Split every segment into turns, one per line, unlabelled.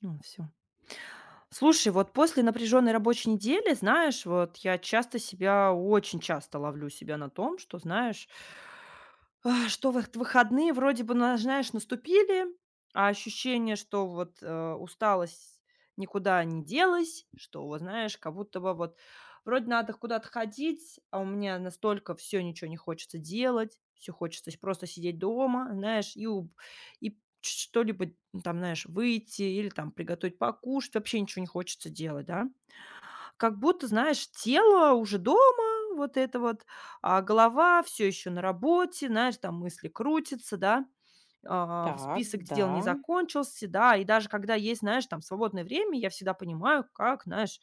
Ну, все. Слушай, вот после напряженной рабочей недели, знаешь, вот я очень часто ловлю себя на том, что, знаешь, что вот выходные вроде бы, на знаешь, наступили, а ощущение, что вот, усталость никуда не делась, что вот, знаешь, как будто бы вот вроде надо куда-то ходить, а у меня настолько все ничего не хочется делать, все хочется с просто сидеть дома, знаешь, и уб и ч что-либо, ну, там, знаешь, выйти или там приготовить покушать, вообще ничего не хочется делать, да. Как будто, знаешь, тело уже дома, вот это вот, а голова все еще на работе, знаешь, там мысли крутятся, да, в
Так,
список
да.
дел не закончился, да. И даже когда есть, знаешь, там свободное время, я всегда понимаю, как, знаешь,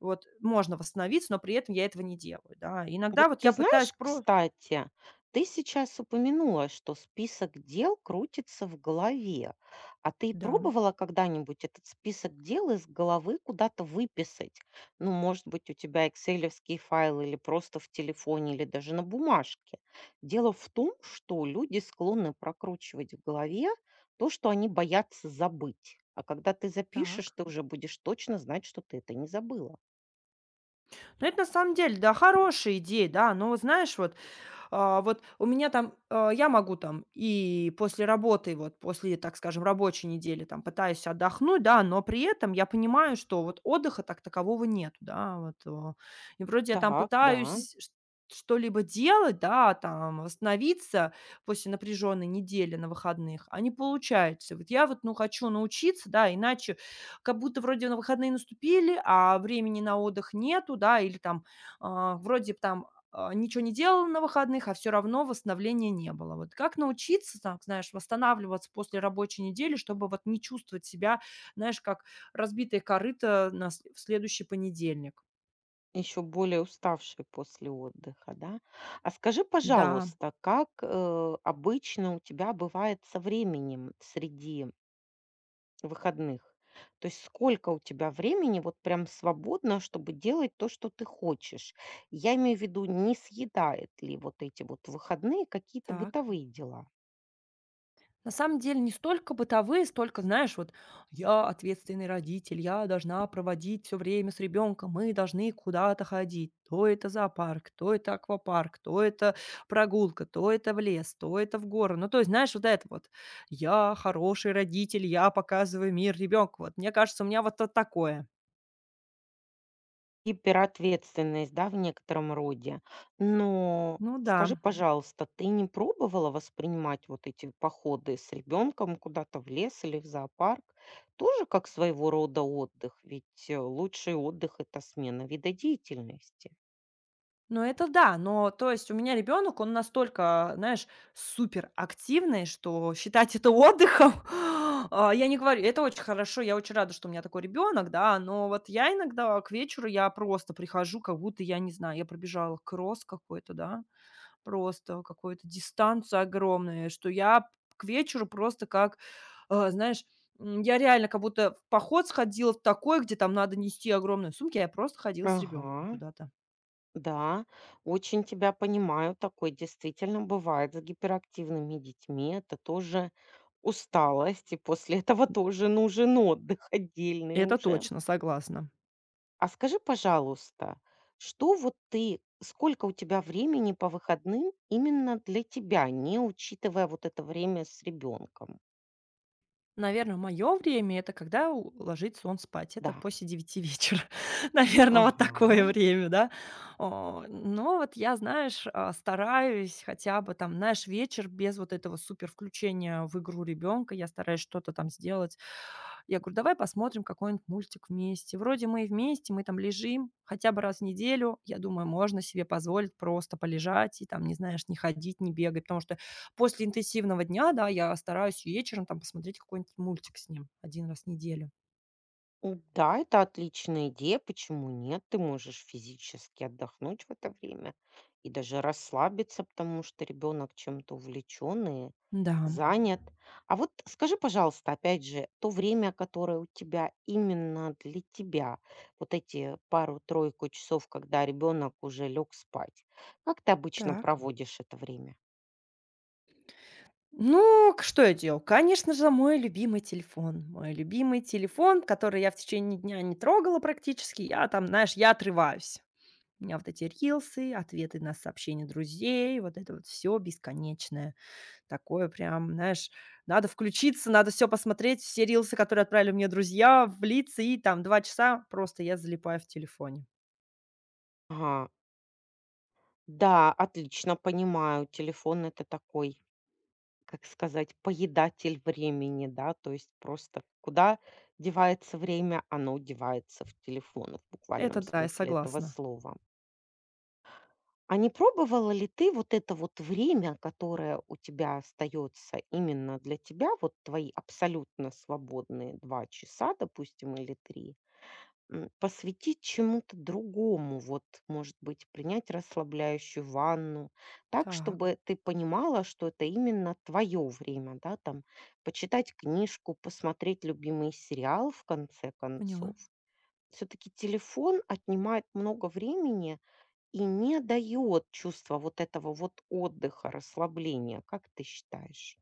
вот можно восстановиться, но при этом я этого не делаю, да. Иногда
Вот
вот
ты
я пытаюсь
знаешь,
про
кстати, ты сейчас упомянула, что список дел крутится в голове. А ты
Да,
пробовала когда-нибудь этот список дел из головы куда-то выписать? Ну, может быть, у тебя экселевский файл или просто в телефоне, или даже на бумажке. Дело в том, что люди склонны прокручивать в голове то, что они боятся забыть. А когда ты запишешь,
так.
ты уже будешь точно знать, что ты это не забыла.
Но это на самом деле, да, хорошая идея, да. Но вот знаешь, вот вот у меня там, я могу там и после работы, вот после, так скажем, рабочей недели там пытаюсь отдохнуть, да, но при этом я понимаю, что вот отдыха такового нету, да, вот. И вроде я там
Так, да.
пытаюсь что-либо делать, да, там восстановиться после напряженной недели на выходных, а не получается. Вот я вот, ну, хочу научиться, да, иначе как будто вроде на выходные наступили, а времени на отдых нету, да, или там вроде б там ничего не делала на выходных, а все равно восстановления не было. Вот как научиться, так знаешь, восстанавливаться после рабочей недели, чтобы вот не чувствовать себя, знаешь, как разбитое корыто на с в следующий понедельник?
Еще более уставшие после отдыха, да? А скажи,
Да,
пожалуйста, как, обычно у тебя бывает со временем среди выходных? То есть сколько у тебя времени вот прям свободно, чтобы делать то, что ты хочешь? Я имею в виду, не съедает ли вот эти вот выходные какие-то
так.
бытовые дела?
На самом деле не столько бытовые, столько, знаешь, вот я ответственный родитель, я должна проводить все время с ребенком, мы должны куда-то ходить. То это зоопарк, то это аквапарк, то это прогулка, то это в лес, то это в горы. Ну, то есть, знаешь, вот это вот. Я хороший родитель, я показываю мир ребенку. Вот мне кажется, у меня вот такое.
Гиперответственность, да, в некотором роде. Но
Ну да.
скажи, пожалуйста, ты не пробовала воспринимать вот эти походы с ребенком куда-то в лес или в зоопарк тоже как своего рода отдых? Ведь лучший отдых — это смена вида деятельности.
Ну, это да, но то есть у меня ребенок, он настолько, знаешь, супер активный, что считать это отдыхом, я не говорю. Это очень хорошо, я очень рада, что у меня такой ребенок, да, но вот я иногда к вечеру я просто прихожу, как будто, я не знаю, я пробежала кросс какой-то, да, просто какую-то дистанцию огромную, что я к вечеру просто как, знаешь, я реально как будто в поход сходила в такой, где там надо нести огромные сумки, а я просто ходила с ребенком
Ага,
куда-то.
да, очень тебя понимаю, такое действительно бывает с гиперактивными детьми, это тоже усталость, и после этого тоже нужен отдых отдельный
Это
уже.
точно, согласна.
А скажи, пожалуйста, что вот ты сколько у тебя времени по выходным именно для тебя, не учитывая вот это время с ребенком?
Наверное, мое время - это когда у ложится он спать. Это
Да.
после 9 вечера. Наверное, вот
Ага.
такое время, да. Но вот я, знаешь, стараюсь хотя бы там, знаешь, вечер без вот этого супер включения в игру ребенка. Я стараюсь что-то там сделать. Я говорю: "Давай посмотрим какой-нибудь мультик вместе". Вроде мы и вместе, мы там лежим хотя бы раз в неделю. Я думаю, можно себе позволить просто полежать и там, не знаешь, не ходить, не бегать. Потому что После интенсивного дня, да, я стараюсь вечером там посмотреть какой-нибудь мультик с ним один раз в неделю.
М, да, это отличная идея. Почему нет? Ты можешь физически отдохнуть в это время и даже расслабиться, потому что ребенок чем-то увлечен и
Да.
занят. А вот скажи, пожалуйста, опять же, то время, которое у тебя именно для тебя, вот эти пару-тройку часов, когда ребенок уже лег спать, как ты обычно
Так.
проводишь это время?
Ну, к что я делал? Конечно же, мой любимый телефон. Мой любимый телефон, который я в течение дня не трогала практически. Я там, знаешь, я отрываюсь. У меня вот эти рилсы, ответы на сообщения друзей, вот это вот все бесконечное. Такое прям, знаешь, надо включиться, надо все посмотреть, все рилсы, которые отправили мне друзья, влиться, и там 2 часа просто я залипаю в телефоне.
Ага. Да, отлично понимаю. Телефон это такой, как сказать, поедатель времени, да, то есть просто куда девается время, оно девается в телефон в
Это
буквальном
да, я
смысле этого
согласна.
слова. А не пробовала ли ты вот это вот время, которое у тебя остается именно для тебя, вот твои абсолютно свободные 2 часа, допустим, или 3? М, посвятить чему-то другому, вот, может быть, принять расслабляющую ванну, так,
Так,
чтобы ты понимала, что это именно твое время, да, там, почитать книжку, посмотреть любимый сериал, в конце
поняла.
концов. Все-таки телефон отнимает много времени и не дает чувства вот этого вот отдыха, расслабления, как ты считаешь?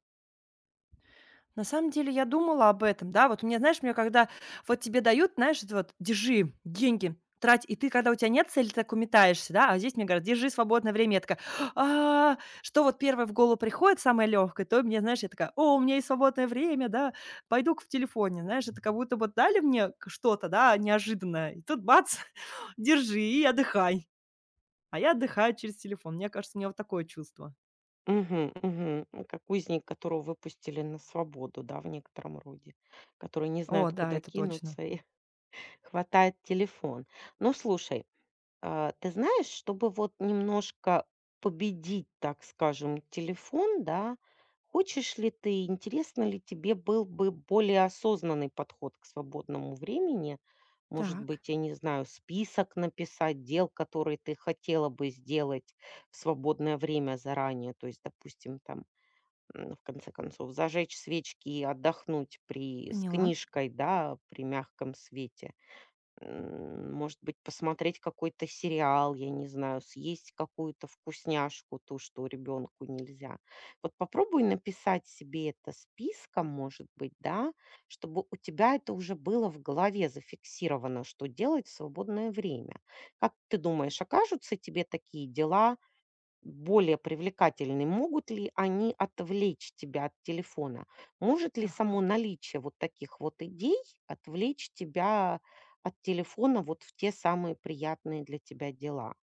На самом деле я думала об этом, да, вот мне, знаешь, мне когда вот тебе дают, знаешь, это вот держи деньги, трать, и ты, когда у тебя нет цели, ты так уметаешься, да, а здесь мне говорят, держи свободное время, я такая, что вот первое в голову приходит, самое легкое, то мне, знаешь, я такая, о, у меня есть свободное время, да, пойду-ка в телефоне, знаешь, это как будто вот дали мне что-то, да, неожиданное, и тут бац, держи и отдыхай, а я отдыхаю через телефон, мне кажется, у меня вот такое чувство.
Мгм, мгм. Ну, как узник, которого выпустили на свободу, да, в некотором роде, который не
О,
знает,
да,
куда
это точно.
кинуться, и хватает телефон. Ну, слушай, ты знаешь, чтобы вот немножко победить, так скажем, телефон, да, хочешь ли ты, интересно ли тебе был бы более осознанный подход к свободному времени? Может
Так,
быть, я не знаю, список написать дел, которые ты хотела бы сделать в свободное время заранее. То есть, допустим, там, м, в конце концов, зажечь свечки и отдохнуть при, с
поняла.
книжкой, да, при мягком свете. М, может быть, посмотреть какой-то сериал, я не знаю, съесть какую-то вкусняшку, то, что ребенку нельзя. Вот попробуй написать себе это списком, может быть, да, чтобы у тебя это уже было в голове зафиксировано, что делать в свободное время. Как ты думаешь, окажутся тебе такие дела более привлекательны. Могут ли они отвлечь тебя от телефона? Может ли
Так.
само наличие вот таких вот идей отвлечь тебя от телефона вот в те самые приятные для тебя дела?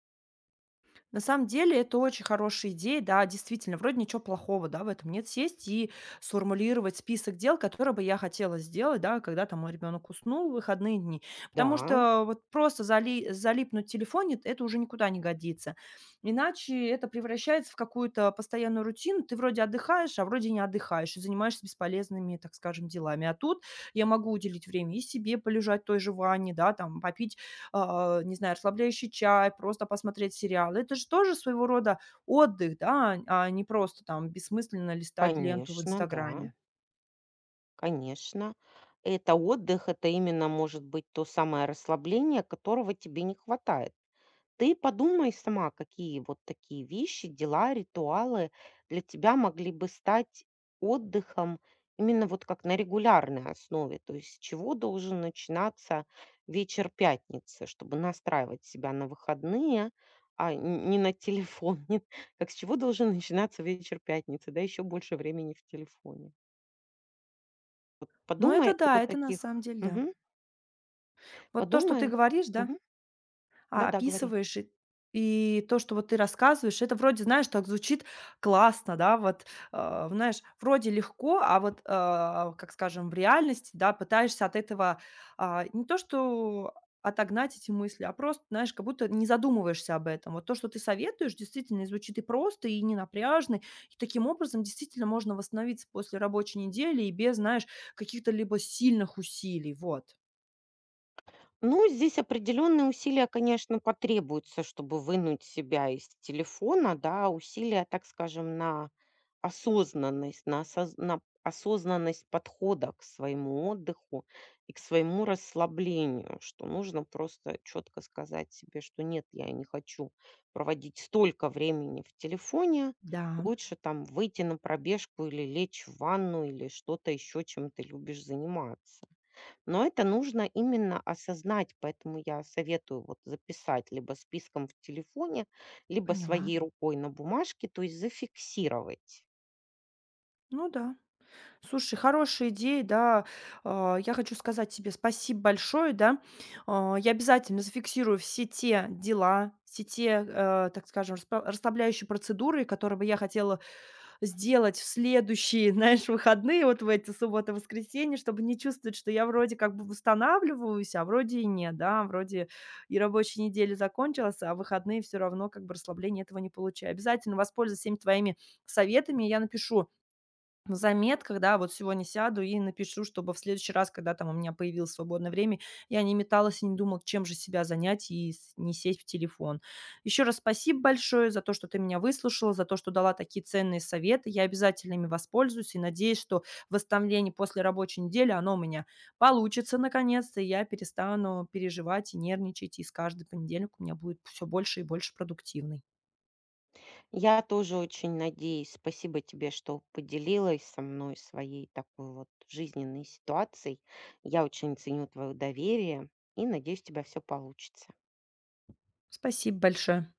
На самом деле это очень хорошая идея, да, действительно, вроде ничего плохого, да, в этом нет. Сесть и сформулировать список дел, которые бы я хотела сделать, да, когда там мой ребенок уснул в выходные дни. Потому
Да,
что вот просто залипнуть в телефоне, это уже никуда не годится. Иначе это превращается в какую-то постоянную рутину. Ты вроде отдыхаешь, а вроде не отдыхаешь и занимаешься бесполезными, так скажем, делами. А тут я могу уделить время и себе, полежать в той же ванне, да, там, попить не знаю, расслабляющий чай, просто посмотреть сериал. Это же тоже своего рода отдых, да, а не просто там бессмысленно листать ленту в
конечно, да,
"Инстаграме".
конечно. Это отдых, это именно может быть то самое расслабление, которого тебе не хватает. Ты подумай сама, какие вот такие вещи, дела, ритуалы для тебя могли бы стать отдыхом именно вот как на регулярной основе. То есть с чего должен начинаться вечер пятницы, чтобы настраивать себя на выходные, а не на телефон. Как с чего должен начинаться вечер пятницы, да, еще больше времени в телефоне. Вот
Ну, это
подумай
да,
о
это на самом
таких.
деле да.
Мгм.
Вот то, что ты
Подумай.
говоришь, да,
Мгм. Да-да, говори.
Описываешь, и то, что вот ты рассказываешь, это вроде, знаешь, так звучит классно, да, вот, знаешь, вроде легко, а вот, как скажем, в реальности, да, пытаешься от этого, не то что отогнать эти мысли, а просто, знаешь, как будто не задумываешься об этом. Вот то, что ты советуешь, действительно звучит и просто, и не напряжно, и таким образом действительно можно восстановиться после рабочей недели и без, знаешь, каких-то либо сильных усилий, вот.
Ну, здесь определенные усилия, конечно, потребуются, чтобы вынуть себя из телефона, да, усилия, так скажем, на осознанность, на, на осознанность подхода к своему отдыху и к своему расслаблению, что нужно просто четко сказать себе, что нет, я не хочу проводить столько времени в телефоне,
Да,
лучше там выйти на пробежку или лечь в ванну или что-то еще, чем ты любишь заниматься. Но это нужно именно осознать, поэтому я советую вот записать либо списком в телефоне, либо
поняла.
своей рукой на бумажке, то есть зафиксировать.
Ну да. Слушай, хорошая идея, да. Я хочу сказать тебе спасибо большое, да. Я обязательно зафиксирую все те дела, все те, так скажем, распла расслабляющие процедуры, которые бы я хотела сделать в следующие, знаешь, выходные, вот в эти субботы, воскресенье, чтобы не чувствовать, что я вроде как бы восстанавливаюсь, а вроде и нет, да, вроде и рабочая неделя закончилась, а выходные все равно как бы расслабления этого не получаю. Обязательно воспользуюсь всеми твоими советами, я напишу в заметках, да, вот сегодня сяду и напишу, чтобы в следующий раз, когда там у меня появилось свободное время, я не металась и не думала, чем же себя занять и не сесть в телефон. Еще раз спасибо большое за то, что ты меня выслушала, за то, что дала такие ценные советы. Я обязательно ими воспользуюсь и надеюсь, что восстановление после рабочей недели, оно у меня получится наконец-то, и я перестану переживать и нервничать, и с каждым понедельник у меня будет все больше и больше продуктивной.
Я тоже очень надеюсь, спасибо тебе, что поделилась со мной своей такой вот жизненной ситуацией. Я очень ценю твое доверие и надеюсь, у тебя все получится.
Спасибо большое.